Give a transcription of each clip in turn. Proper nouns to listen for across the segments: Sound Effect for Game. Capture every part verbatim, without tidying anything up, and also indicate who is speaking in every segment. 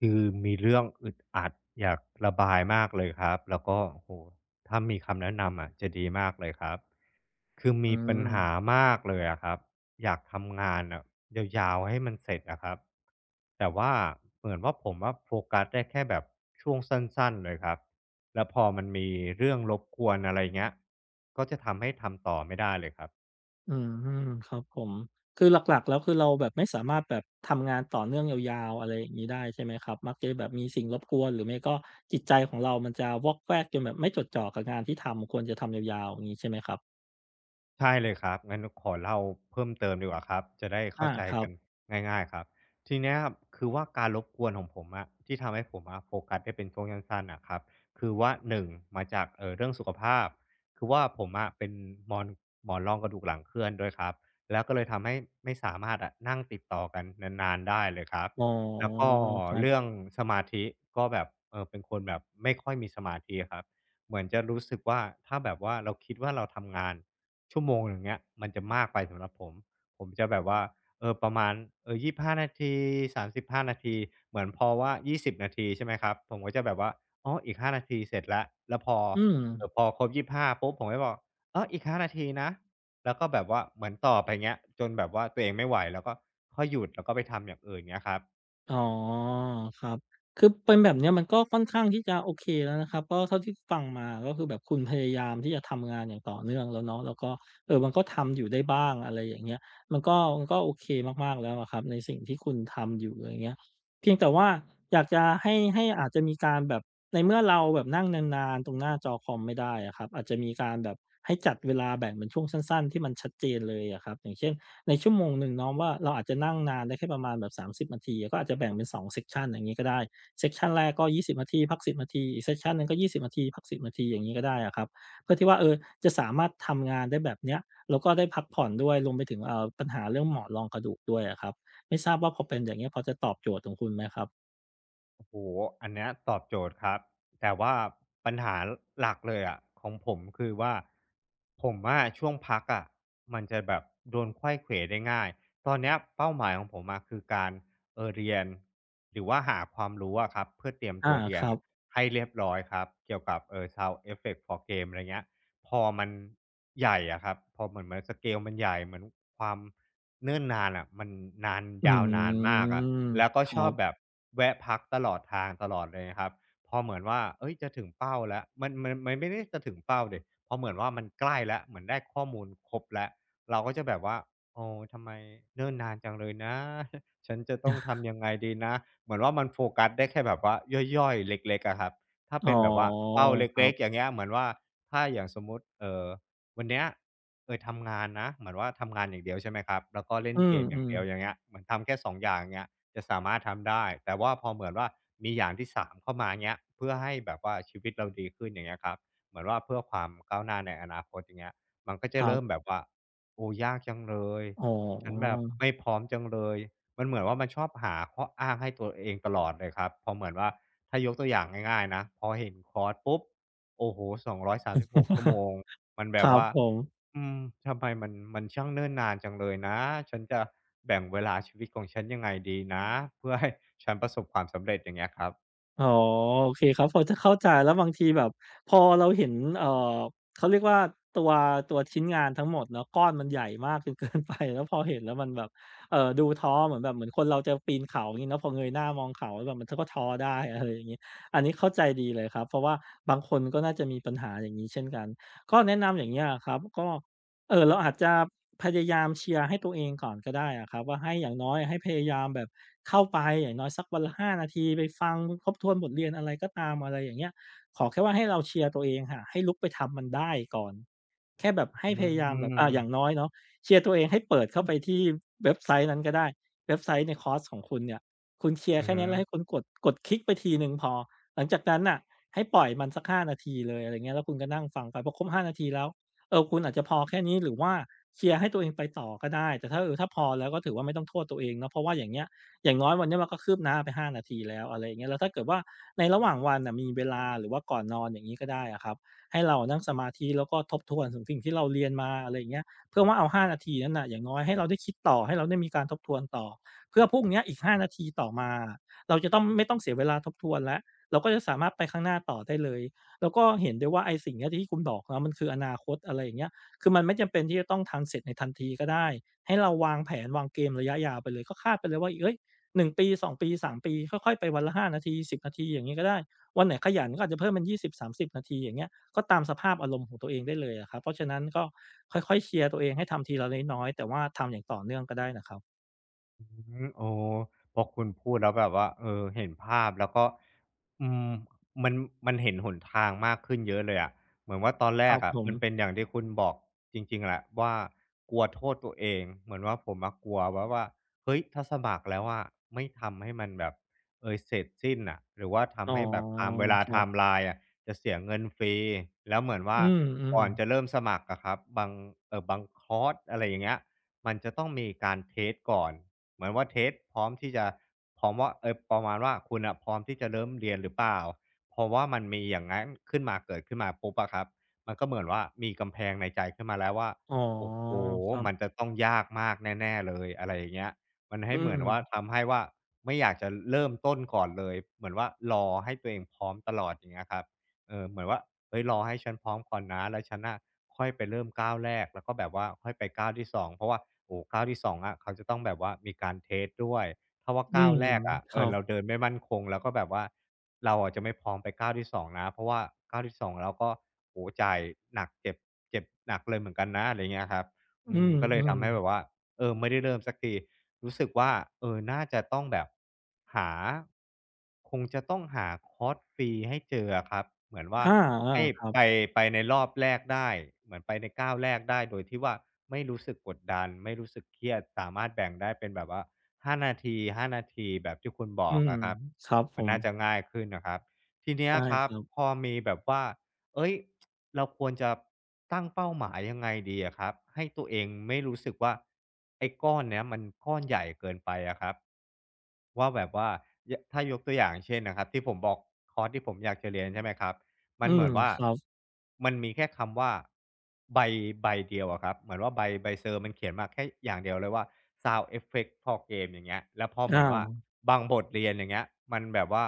Speaker 1: คือมีเรื่องอึดอัดอยากระบายมากเลยครับแล้วก็โอ้โหถ้ามีคำแนะนำอะจะดีมากเลยครับคือ
Speaker 2: อื
Speaker 1: มีปัญ
Speaker 2: ม
Speaker 1: หามากเลยอะครับอยากทำงานอะยาวๆให้มันเสร็จอะครับแต่ว่าเหมือนว่าผมว่าโฟกัสได้แค่แบบช่วงสั้นๆเลยครับแล้วพอมันมีเรื่องรบกวนอะไรเงี้ยก็จะทำให้ทำต่อไม่ได้เลยครับ
Speaker 2: อืมครับผม คือหลักๆแล้วคือเราแบบไม่สามารถแบบทำงานต่อเนื่องยาวๆอะไรอย่างงี้ได้ใช่ไหมครับมักจะแบบมีสิ่งรบกวนหรือไม่ก็จิตใจของเรามันจะวอกแวกจนแบบไม่จดจ่อกับงานที่ทำควรจะทำยาวๆอย่างงี้ใช่ไหมครับ
Speaker 1: ใช่เลยครับงั้นขอเล่าเพิ่มเติมดีกว่าครับจะได้เข้า
Speaker 2: อา
Speaker 1: ใจ
Speaker 2: ครับ
Speaker 1: กันง่ายๆครับทีเนี้ยครับคือว่าการรบกวนของผมอะที่ทำให้ผมอะโฟกัสได้เป็นช่วงสั้นๆน่ะครับคือว่าหนึ่งมาจากเอ่อเรื่องสุขภาพคือว่าผมอะเป็นมอนหมอนรองกระดูกหลังเคลื่อนด้วยครับแล้วก็เลยทำให้ไม่สามารถอะนั่งติดต่อกันนานๆได้เลยครับ
Speaker 2: อ๋อ
Speaker 1: แล้วก็
Speaker 2: ครั
Speaker 1: เรื่อง
Speaker 2: บ
Speaker 1: สมาธิก็แบบเอ่อเป็นคนแบบไม่ค่อยมีสมาธิอะครับเหมือนจะรู้สึกว่าถ้าแบบว่าเราคิดว่าเราทำงาน ชั่วโมงหนึ่งเนี้ยมันจะมากไปสำหรับผมผมจะแบบว่าเออประมาณเออยี่สิบห้านาทีสามสิบห้านาทีเหมือนพอว่ายี่สิบนาทีใช่ไหมครับผมก็จะแบบว่าอ๋ออีกห้านาทีเสร็จแล้วแล้วพอ
Speaker 2: อืม
Speaker 1: เอ่อพอครบยี่สิบห้าปุ๊บผมก็บอกอ้ออีกห้านาทีนะแล้วก็แบบว่าเหมือนต่อไปเงี้ยจนแบบว่าตัวเองไม่ไหวแล้วก็ค่อยหยุดแล้วก็ไปทำอย่างอื่นเงี้ยครับ
Speaker 2: อ๋อครับคือเป็นแบบเนี้ยมันก็ค่อนข้างที่จะโอเคแล้วนะครับก็เท่าที่ฟังมาก็คือแบบคุณพยายามที่จะทำงานอย่างต่อเนื่องแล้วเนาะแล้วก็เออมันก็ทำอยู่ได้บ้างอะไรอย่างเงี้ยมันก็มันก็โอเคมากๆแล้วอะครับในสิ่งที่คุณทำอยู่อย่างเงี้ยเพียงแต่ว่าอยากจะให้ให้อาจจะมีการแบบในเมื่อเราแบบนั่งนานๆตรงหน้าจอคอมไม่ได้อะครับอาจจะมีการแบบให้จัดเวลาแบ่งเป็นช่วงสั้นๆที่มันชัดเจนเลยอะครับอย่างเช่น ในชั่วโมงหนึ่งเนาะว่าเราอาจจะนั่งนานได้แค่ประมาณแบบสามสิบนาทีก็อาจจะแบ่งเป็นสอง s e c กชันอย่างงี้ก็ได้เซ c t i o n แรกก็ยี่สิบนาทีพักสิบนาทีอีก s e c t i o หนึ่งก็ยี่สิบนาทีพักสิศูนย์นาทีอย่างงี้ก็ได้อะครับเพื่อที่ว่าเออจะสามารถทำงานได้แบบเนี้ยแล้วก็ได้พักผ่อนด้วยรวมไปถึงเอ่อปัญหาเรื่องหมอนรองกระดูกด้วยอะครับไม่ทราบว่าพอเป็นอย่างเงี้ยพอจะตอบโจทย์ของคุณไหมครับ
Speaker 1: โอ้โหอันเนี้ยตอบโจทย์ครับแต่ว่าปัญหาหลักเลยอะของผมคือว่าผมอะช่วงพักอะมันจะแบบโดนไขว้เขวได้ง่าย ตอนเนี้ยเป้าหมายของผมมาคือการเออเรียนหรือว่าหาความรู้อะครับเพื่อเตรียมตั
Speaker 2: อา
Speaker 1: วเรีย
Speaker 2: ค
Speaker 1: น
Speaker 2: รับ
Speaker 1: อะให้เรียบร้อยครับเกี่ยวกับเออ Sound Effect for Game อะไรเงี้ยพอมันใหญ่อะครับพอเหมือนเหมือนสเกลมันใหญ่เหมือนความเนิ่นนานอะมันนาน
Speaker 2: อื
Speaker 1: ยาวนานมาก
Speaker 2: ม
Speaker 1: อะ แล้วก็
Speaker 2: ค
Speaker 1: ช
Speaker 2: รั
Speaker 1: อบ
Speaker 2: บ
Speaker 1: แบบแวะพักตลอดทางตลอดเลยนะครับพอเหมือนว่าเอ้ยจะถึงเป้าแล้วมันมันมันไม่ได้จะถึงเป้าดิพอเหมือนว่ามันใกล้แล้วเหมือนได้ข้อมูลครบแล้วเราก็จะแบบว่าโอ้ทำไมเนิ่นนานจังเลยนะ ฉันจะต้องทำยังไงดีนะเหมือนว่ามันโฟกัสได้แค่แบบว่าย่อยๆเล็กๆอะครับถ้า
Speaker 2: อ๋อ
Speaker 1: เป็นแบบว่าเป้าเ
Speaker 2: ครั
Speaker 1: ล็กๆอ
Speaker 2: บ
Speaker 1: ย่างเงี้ยเหมือนว่าถ้าอย่างสมมุติเอ่อวันเนี้ยเออทำงานนะเหมือนว่าทำงานอย่างเดียวใช่ไหมครับแล้วก็เล่น
Speaker 2: อื
Speaker 1: เกมอย่าง
Speaker 2: ม
Speaker 1: เดียว
Speaker 2: ๆ
Speaker 1: อย่างเงี้ยเหมือนทำแค่สองอย่างเงี้ย จะสามารถทำได้ แต่ว่าพอเหมือนว่ามีอย่างที่สามเข้ามาเงี้ยเพื่อให้แบบว่าชีวิตเราดีขึ้นอย่างเงี้ยครับเหมือนว่าเพื่อความก้าวหน้าในอนาคตอย่างเงี้ยมันก็จะ
Speaker 2: ครั
Speaker 1: เริ่มแบ
Speaker 2: บ
Speaker 1: บว่าโอ้ยากจังเลย
Speaker 2: อ๋อ
Speaker 1: ฉันแบบไม่พร้อมจังเลยมันเหมือนว่ามันชอบหาข้ออ้างให้ตัวเองตลอดเลยครับพอเหมือนว่าถ้ายกตัวอย่างง่ายๆนะพอเห็นคอร์สปุ๊บโอ้โฮสองร้อยสามสิบหกชั่วโมงมันแบ
Speaker 2: ค
Speaker 1: บ
Speaker 2: รับ
Speaker 1: ว่า
Speaker 2: ผม
Speaker 1: อืมทำไมมันมันช่างเนิ่นนานจังเลยนะฉันจะแบ่งเวลาชีวิตของฉันยังไงดีนะเพื่อให้ฉันประสบความสำเร็จอย่างเงี้ยครับ
Speaker 2: อ๋อโอเคครับพอจะเข้าใจแล้วบางทีแบบพอเราเห็นเอ่อเขาเรียกว่าตัวตัวชิ้นงานทั้งหมดเนาะก้อนมันใหญ่มากจนเกินไปแล้วพอเห็นแล้วมันแบบเอ่อดูท้อเหมือนแบบเหมือนคนเราจะปีนเขางี้เนาะพอเงยหน้ามองเขาแล้วแบบมันทก็ท้อได้ อะไรอย่างงี้อันนี้เข้าใจดีเลยครับเพราะว่าบางคนก็น่าจะมีปัญหาอย่างงี้เช่นกันก็แนะนำอย่างเงี้ยอะครับก็ เออเราอาจจะพยายามเชียร์ให้ตัวเองก่อนก็ได้อะครับว่าให้อย่างน้อยให้พยายามแบบเข้าไปอย่างน้อยสักวันละห้านาทีไปฟังทบทวนบทเรียนอะไรก็ตามอะไรอย่างเงี้ยขอแค่ว่าให้เราเชียร์ตัวเองค่ะให้ลุกไปทำมันได้ก่อนแค่แบบให้
Speaker 1: อื
Speaker 2: พยายามแบบอ่าอย่างน้
Speaker 1: ม
Speaker 2: อยเนาะเชียร์ตัวเองให้เปิดเข้าไปที่เว็บไซต์นั้นก็ได้เว็บไซต์ในคอร์สของคุณเนี่ยคุณเคลียร์
Speaker 1: อือ
Speaker 2: แค่เนี้ยแล้วให้คุณกดกดคลิกไปทีหนึ่งพอหลังจากนั้นน่ะให้ปล่อยมันสักห้านาทีเลยอะไรเงี้ยแล้วคุณก็นั่งฟังไปพอครบห้านาทีแล้ว เออคุณอาจจะพอแค่นี้หรือว่าเคลียร์ให้ตัวเองไปต่อก็ได้แต่ถ้าเออถ้าพอแล้วก็ถือว่าไม่ต้องโทษตัวเองเนาะเพราะว่าอย่างเงี้ยอย่างน้อยวันเนี้ยมันก็คืบหน้าไปห้านาทีแล้วอะไรอย่างเงี้ยแล้วถ้าเกิดว่าในระหว่างวันน่ะมีเวลาหรือว่าก่อนนอนอย่างงี้ก็ได้อะครับให้เรานั่งสมาธิแล้วก็ทบทวนถึงสิ่งที่เราเรียนมาอะไรอย่างเงี้ยเพื่อว่าเอาห้านาทีนั้นน่ะอย่างน้อยให้เราได้คิดต่อให้เราได้มีการทบทวนต่อเพื่อพรุ่งเนี้ยอีกห้านาทีต่อมาเราจะต้องไม่ต้องเสียเวลาทบทวนแล้วเราก็จะสามารถไปข้างหน้าต่อได้เลย แล้วก็เห็นด้วยว่าไอ้สิ่งเนี้ยที่คุณบอกนาะมันคืออนาคตอะไรอย่างเงี้ยคือมันไม่จำเป็นที่จะต้องทำเสร็จในทันทีก็ได้ให้เราวางแผนวางเกมระยะยาวไปเลยก็คาดไปเลยว่าเฮ้ยหนึ่งปีสองปีสามปีค่อยๆไปวันละห้านาทีสิบนาทีอย่างงี้ก็ได้วันไหนขยันก็อาจจะเพิ่มเป็นยี่สิบสามสิบนาทีอย่างเงี้ยก็ตามสภาพอารมณ์ของตัวเองได้เลยอะครับเพราะฉะนั้นก็ค่อยๆเคลียร์ตัวเองให้ทำทีละน้อยๆแต่ว่าทำอย่างต่อเนื่องก็ได้นะครับ
Speaker 1: อืมโอ๋พอคุณพูดแล้วแบบว่าเออเห็นภาพแล้วก็อืมมันมันเห็นหนทางมากขึ้นเยอะเลยอะเหมือนว่าตอนแร
Speaker 2: ครั
Speaker 1: ก
Speaker 2: บ
Speaker 1: อะ
Speaker 2: ผม
Speaker 1: มันเป็นอย่างที่คุณบอกจริงๆแหละว่ากลัวโทษตัวเอง เหมือนว่าผมอะกลัวว่าว่าเฮ้ยถ้าสมัครแล้วอะไม่ทำให้มันแบบเอยเสร็จสิ้นน่ะหรือว่า
Speaker 2: อ๋อ
Speaker 1: ทำให้แบบตามเวลา
Speaker 2: ค
Speaker 1: ไท
Speaker 2: รั
Speaker 1: ม์
Speaker 2: บ
Speaker 1: ไลน์อะจะเสียเงินฟรีแล้วเหมือน
Speaker 2: อื
Speaker 1: ว่า
Speaker 2: ม
Speaker 1: ก่อนจะ
Speaker 2: ๆ
Speaker 1: เริ่มสมัครอะครับบางเอ่อบางคอร์สอะไรอย่างเงี้ยมันจะต้องมีการเทสต์ก่อน เหมือนว่าเทสพร้อมที่จะพร้อมว่าเออประมาณว่าคุณน่ะพร้อมที่จะเริ่มเรียนหรือเปล่าเพราะว่ามันมีอย่างงั้นขึ้นมาเกิดขึ้นมาปุ๊บอะครับมันก็เหมือนว่ามีกำแพงในใจขึ้นมาแล้วว่า
Speaker 2: อ๋อ
Speaker 1: โอ้โฮ
Speaker 2: ครั
Speaker 1: มัน
Speaker 2: บ
Speaker 1: จะต้องยากมากแน่ๆเลยอะไรอย่างเงี้ยมันให้
Speaker 2: อื
Speaker 1: เห
Speaker 2: ม
Speaker 1: มือนว่าทำให้ว่าไม่อยากจะเริ่มต้นก่อนเลยเหมือนว่ารอให้ตัวเองพร้อมตลอดอย่างเงี้ยครับเออเหมือนว่าเฮ้ยรอให้ฉันพร้อมก่อนนะแล้วฉันน่ะ ค่อยไปเริ่มก้าวแรกแล้วก็แบบว่าค่อยไปก้าวที่สองเพราะว่าโอ้ก้าวที่สององอ่ะเขาจะต้องแบบว่ามีการเทสด้วยถ้าว่า
Speaker 2: อื
Speaker 1: ก้าว
Speaker 2: ม
Speaker 1: แรกอะ
Speaker 2: ค
Speaker 1: เอ
Speaker 2: รั
Speaker 1: อ
Speaker 2: บ
Speaker 1: เราเดินไม่มั่นคงแล้วก็แบบว่าเราอาจจะไม่พร้อมไปก้าวที่สองนะเพราะว่าก้าวที่สองเราก็โอ้จ่ายหนักเจ็บเจ็บหนักเลยเหมือนกันนะอะไรเงี้ยครับอื
Speaker 2: อื
Speaker 1: ม
Speaker 2: ม
Speaker 1: ก็เล
Speaker 2: อื
Speaker 1: ย
Speaker 2: ม
Speaker 1: ทำให้แบบว่า เออไม่ได้เริ่มสักทีรู้สึกว่าเออน่าจะต้องแบบหาคงจะต้องหาคอร์สฟรีให้เจออะครับเหมือนว่า
Speaker 2: อาอา
Speaker 1: ให้
Speaker 2: ครั
Speaker 1: ไป
Speaker 2: บ
Speaker 1: ไปในรอบแรกได้เหมือนไปในก้าวแรกได้โดยที่ว่าไม่รู้สึกกดดันไม่รู้สึกเครียดสามารถแบ่งได้เป็นแบบว่าห้านาทีห้านาทีแบบที่คุณบ
Speaker 2: อื
Speaker 1: อก
Speaker 2: ม
Speaker 1: อะครับ
Speaker 2: ครับผ
Speaker 1: มัน
Speaker 2: ม
Speaker 1: น่าจะง่ายขึ้นน่ะครับทีเนี้ย
Speaker 2: ใช่
Speaker 1: ครั
Speaker 2: ค
Speaker 1: บ
Speaker 2: รับ
Speaker 1: พอมีแบบว่า เอ้ยเราควรจะตั้งเป้าหมายยังไงดีอะครับให้ตัวเองไม่รู้สึกว่าไอ้ก้อนเนี้ยมันก้อนใหญ่เกินไปอะครับว่าแบบว่ายถ้ายกตัวอย่างเช่นนะครับที่ผมบอกคอร์สที่ผมอยากจะเรียนใช่ไหมครับมั
Speaker 2: อื
Speaker 1: นเห
Speaker 2: ม
Speaker 1: มือนว่า
Speaker 2: ครับ
Speaker 1: มันมีแค่คำว่าใบใบเดียวอะครับเหมือนว่าใบใบเซอร์มันเขียนมาแค่อย่างเดียวเลยว่า Sound Effect for Game อย่างเงี้ยแล้วพอ
Speaker 2: อ
Speaker 1: เหมือนว่า
Speaker 2: า
Speaker 1: บางบทเรียนอย่างเงี้ยมันแบบว่า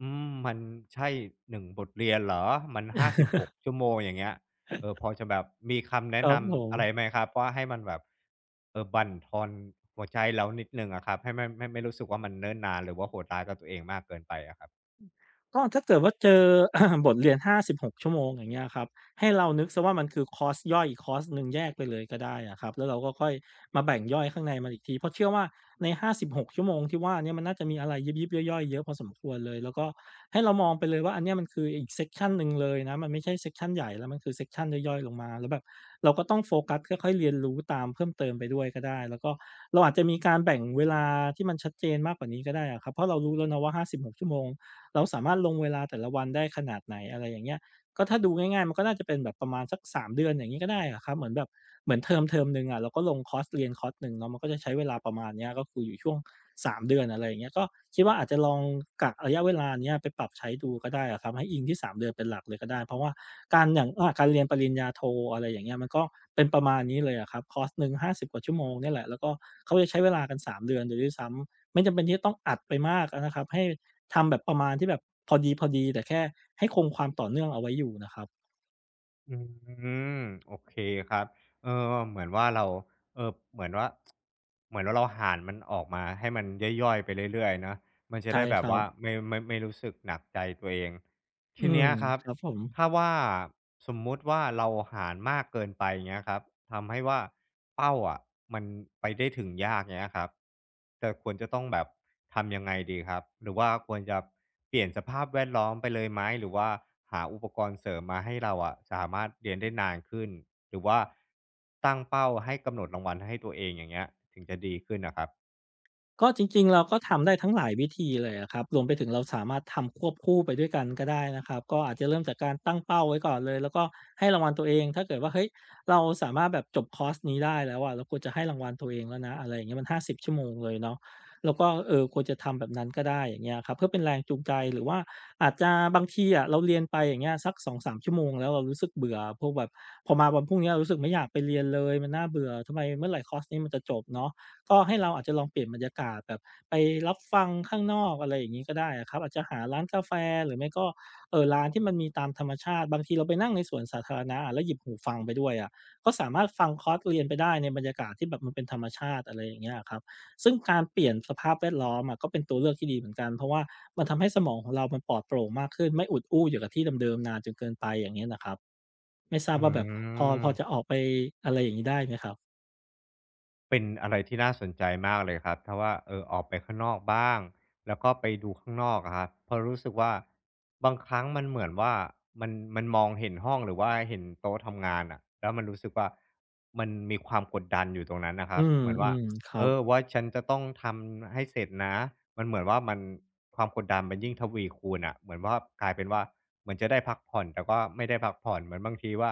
Speaker 1: อืมมันใช่หนึ่งบทเรียนเหรอ มันห้าสิบหก ชั่วโมงอย่างเงี้ยเออพอจะแบบมีคำ
Speaker 2: ค
Speaker 1: แนะ
Speaker 2: รั
Speaker 1: น
Speaker 2: บผม
Speaker 1: ำอะไรไหมครับว่าให้มันแบบเออบั่นทอนหัวใจเรานิดหนึ่งอะครับให้มันไม่ไม่รู้สึกว่ามันเนิ่นนานหรือว่าโหดร้ายกับตัวเองมากเกินไปอะครับ
Speaker 2: ก็ถ้าเกิดว่าเจอ บทเรียนห้าถึงหกชั่วโมงอย่างเงี้ยครับให้เรานึกซะว่ามันคือคอร์สย่อยอีกคอร์สหนึ่งแยกไปเลยก็ได้อะครับแล้วเราก็ค่อยมาแบ่งย่อยข้างในมันอีกทีเพราะเชื่อว่าในห้าถึงหกชั่วโมงที่ว่าเนี่ยมันน่าจะมีอะไรยิบยิบย่อยๆเยอะพอสมควรเลยแล้วก็ให้เรามองไปเลยว่าอันเนี้ยมันคืออีกเซกชันหนึ่งเลยนะมันไม่ใช่เซกชันใหญ่แล้วมันคือเซกชันย่อยๆลงมาแล้วแบบเราก็ต้องโฟกัสค่อยๆเรียนรู้ตามเพิ่มเติมไปด้วยก็ได้แล้วก็เราอาจจะมีการแบ่งเวลาที่มันชัดเจนมากกว่านี้ก็ได้อะครับเพราะเรารู้แล้วนะว่าห้าถึงหกชั่วโมง เราสามารถลงเวลาแต่ละวันได้ขนาดไหนอะไรอย่างเงี้ยก็ถ้าดูง่ายๆมันก็น่าจะเป็นแบบประมาณสักสามเดือนอย่างงี้ก็ได้อะครับเหมือนแบบเหมือนเทอมเทอมหนึ่งอะเราก็ลงคอร์สเรียนคอร์สหนึ่งเนาะมันก็จะใช้เวลาประมาณเนี้ยก็คืออยู่ช่วงสามเดือนอะไรอย่างเงี้ยก็คิดว่าอาจจะลองกะระยะเวลาเนี้ยไปปรับใช้ดูก็ได้อะครับให้อิงที่สามเดือนเป็นหลักเลยก็ได้เพราะว่าการอย่างอ่าการเรียนปริญญาโทอะไรอย่างเงี้ยมันก็เป็นประมาณนี้เลยอะครับคอร์สหนึ่งห้าสิบกว่าชั่วโมงเนี่ยแหละแล้วก็เขาจะใช้เวลากันสามเดือนเลยด้วยซ้ำ ไม่จำเป็นที่จะต้องอัดไปมากอะนะครับให้ทำแบบประมาณที่แบบพอดีๆแต่แค่ให้คงความต่อเนื่องเอาไว้อยู่นะครับ
Speaker 1: อืมโอเคครับเออเหมือนว่าเราเออเหมือนว่าเหมือนว่าเราหารมันออกมาให้มันย่อยๆไปเรื่อยๆเนาะมันจะ
Speaker 2: ใช่
Speaker 1: ได้แบ
Speaker 2: ค
Speaker 1: บ
Speaker 2: รับ
Speaker 1: ว่าไม่ไม่ไม่รู้สึกหนักใจตัวเอง
Speaker 2: อื
Speaker 1: ที
Speaker 2: ม
Speaker 1: เนี้ยครับ
Speaker 2: ครับผม
Speaker 1: ถ้าว่าสมมุติว่าเราหารมากเกินไปเงี้ยครับทำให้ว่าเป้าอ่ะมันไปได้ถึงยากเงี้ยครับแต่ควรจะต้องแบบทำยังไงดีครับหรือว่าควรจะเปลี่ยนสภาพแวดล้อมไปเลยไหมหรือว่าหาอุปกรณ์เสริมมาให้เราอะสามารถเรียนได้นานขึ้นหรือว่าตั้งเป้าให้กำหนดรางวัลให้ตัวเองอย่างเงี้ยถึงจะดีขึ้นนะครับ
Speaker 2: ก็จริงๆเราก็ทำได้ทั้งหลายวิธีเลยอะครับรวมไปถึงเราสามารถทำควบคู่ไปด้วยกันก็ได้นะครับก็อาจจะเริ่มจากการตั้งเป้าไว้ก่อนเลยแล้วก็ให้รางวัลตัวเองถ้าเกิดว่าเฮ้ยเราสามารถแบบจบคอร์สนี้ได้แล้วอะเราควรจะให้รางวัลตัวเองแล้วนะอะไรอย่างเงี้ยมันห้าสิบชั่วโมงเลยเนาะแล้วก็เอ่อควรจะทำแบบนั้นก็ได้อย่างเงี้ยครับเพื่อเป็นแรงจูงใจหรือว่าอาจจะบางทีอะเราเรียนไปอย่างเงี้ยสักสองสามชั่วโมงแล้วเรารู้สึกเบื่อพวกแบบพอมาวันพรุ่งนี้เรารู้สึกไม่อยากไปเรียนเลยมันน่าเบื่อทำไมเมื่อไหร่คอร์สนี้มันจะจบเนาะ ก็ให้เราอาจจะลองเปลี่ยนบรรยากาศแบบไปรับฟังข้างนอกอะไรอย่างนี้ก็ได้อะครับอาจจะหาร้านกาแฟหรือไม่ก็เอ่อร้านที่มันมีตามธรรมชาติบางทีเราไปนั่งในสวนสาธารณะอะแล้วหยิบหูฟังไปด้วยอะก็สามารถฟังคอร์สเรียนไปได้ในบรรยากาศที่แบบมันเป็นธรรมชาติอะไรอย่างเงี้ยครับซึ่งการเปลี่ยนสภาพแวดล้อมอะก็เป็นตัวเลือกที่ดีเหมือนกันเพราะว่ามันทำให้สมองของเรามันปลอดโปร่งมากขึ้นไม่อุดอู้อยู่กับที่เดิมๆนานจนเกินไปอย่างเงี้ยนะครับไม่ทราบ
Speaker 1: อื
Speaker 2: ว่าแบบพอพอจะ
Speaker 1: ม
Speaker 2: ออกไปอะไรอย่างนี้ได้ไหมครับ
Speaker 1: เป็นอะไรที่น่าสนใจมากเลยครับถ้าว่าเออออกไปข้างนอกบ้างแล้วก็ไปดูข้างนอกอะครับเพราะรู้สึกว่าบางครั้งมันเหมือนว่ามันมันมองเห็นห้องหรือว่าเห็นโต๊ะทำงานอะแล้วมันรู้สึกว่ามันมีความกดดันอยู่ตรงนั้นนะค
Speaker 2: อื
Speaker 1: รับ
Speaker 2: ม
Speaker 1: เหมือน
Speaker 2: อื
Speaker 1: ว่า
Speaker 2: มครั
Speaker 1: เอ
Speaker 2: บ
Speaker 1: อว่าฉันจะต้องทำให้เสร็จนะมันเหมือนว่ามันความกดดันมันยิ่งทวีคูณอะเหมือนว่ากลายเป็นว่าเหมือนจะได้พักผ่อนแต่ก็ไม่ได้พักผ่อนเหมือนบางทีว่า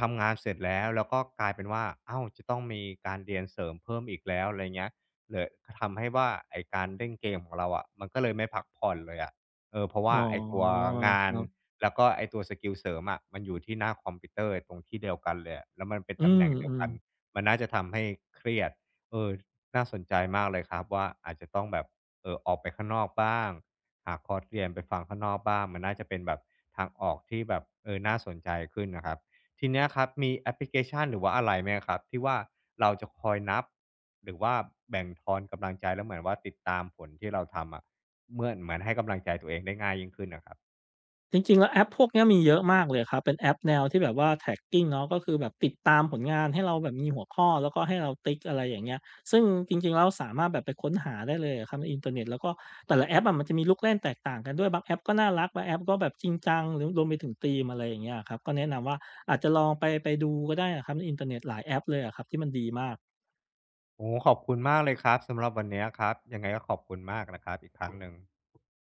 Speaker 1: ทำงานเสร็จแล้วแล้วก็กลายเป็นว่าอ้าวจะต้องมีการเรียนเสริมเพิ่มอีกแล้วอะไรเงี้ยเลยทำให้ว่าไอ้การเล่นเกมของเราอะมันก็เลยไม่พักผ่อนเลยอะเออเพราะ
Speaker 2: อ๋
Speaker 1: ว่า
Speaker 2: อ
Speaker 1: ไอ้ตัวงา
Speaker 2: ค
Speaker 1: น
Speaker 2: รับ
Speaker 1: แล้วก็ไอ้ตัวสกิลเสริมอะมันอยู่ที่หน้าคอมพิวเตอร์ตรงที่เดียวกันเลยอะแล้วมันเป็น
Speaker 2: อื
Speaker 1: ตำแห
Speaker 2: ม
Speaker 1: น่งเดีย
Speaker 2: อื
Speaker 1: ว
Speaker 2: ม
Speaker 1: กันมันน่าจะทำให้เครียดเออน่าสนใจมากเลยครับว่าอาจจะต้องแบบเอ่อออกไปข้างนอกบ้างหาคอร์สเรียนไปฟังข้างนอกบ้างมันน่าจะเป็นแบบทางออกที่แบบเออน่าสนใจขึ้นนะครับ ทีเนี้ยครับมีแอปพลิเคชันหรือว่าอะไรไหมครับที่ว่าเราจะคอยนับหรือว่าแบ่งทอนกำลังใจแล้วเหมือนว่าติดตามผลที่เราทำอะเมื่อนเหมือนให้กำลังใจตัวเองได้ง่ายยิ่งขึ้นน่ะครับ
Speaker 2: จริงๆแล้วแอปพวกเนี้ยมีเยอะมากเลยครับเป็นแอปแนวที่แบบว่า tracking เนาะก็คือแบบติดตามผลงานให้เราแบบมีหัวข้อแล้วก็ให้เราติ๊กอะไรอย่างเงี้ยซึ่งจริงๆแล้วสามารถแบบไปค้นหาได้เลยอะครับในอินเทอร์เน็ตแล้วก็แต่ละแอปอะมันจะมีลูกเล่นแตกต่างกันด้วยบางแอปก็น่ารักบางแอปก็แบบจริงจังหรือรวมไปถึงธีมอะไรอย่างเงี้ยอะครับก็แนะนำว่าอาจจะลองไปไปดูก็ได้อะครับในอินเทอร์เน็ตหลายแอปเลยอะครับที่มันดีมาก
Speaker 1: โอ้โฮขอบคุณมากเลยครับสำหรับวันเนี้ยครับยังไงก็ขอบคุณมากนะครับอีกครั้งหนึ่ง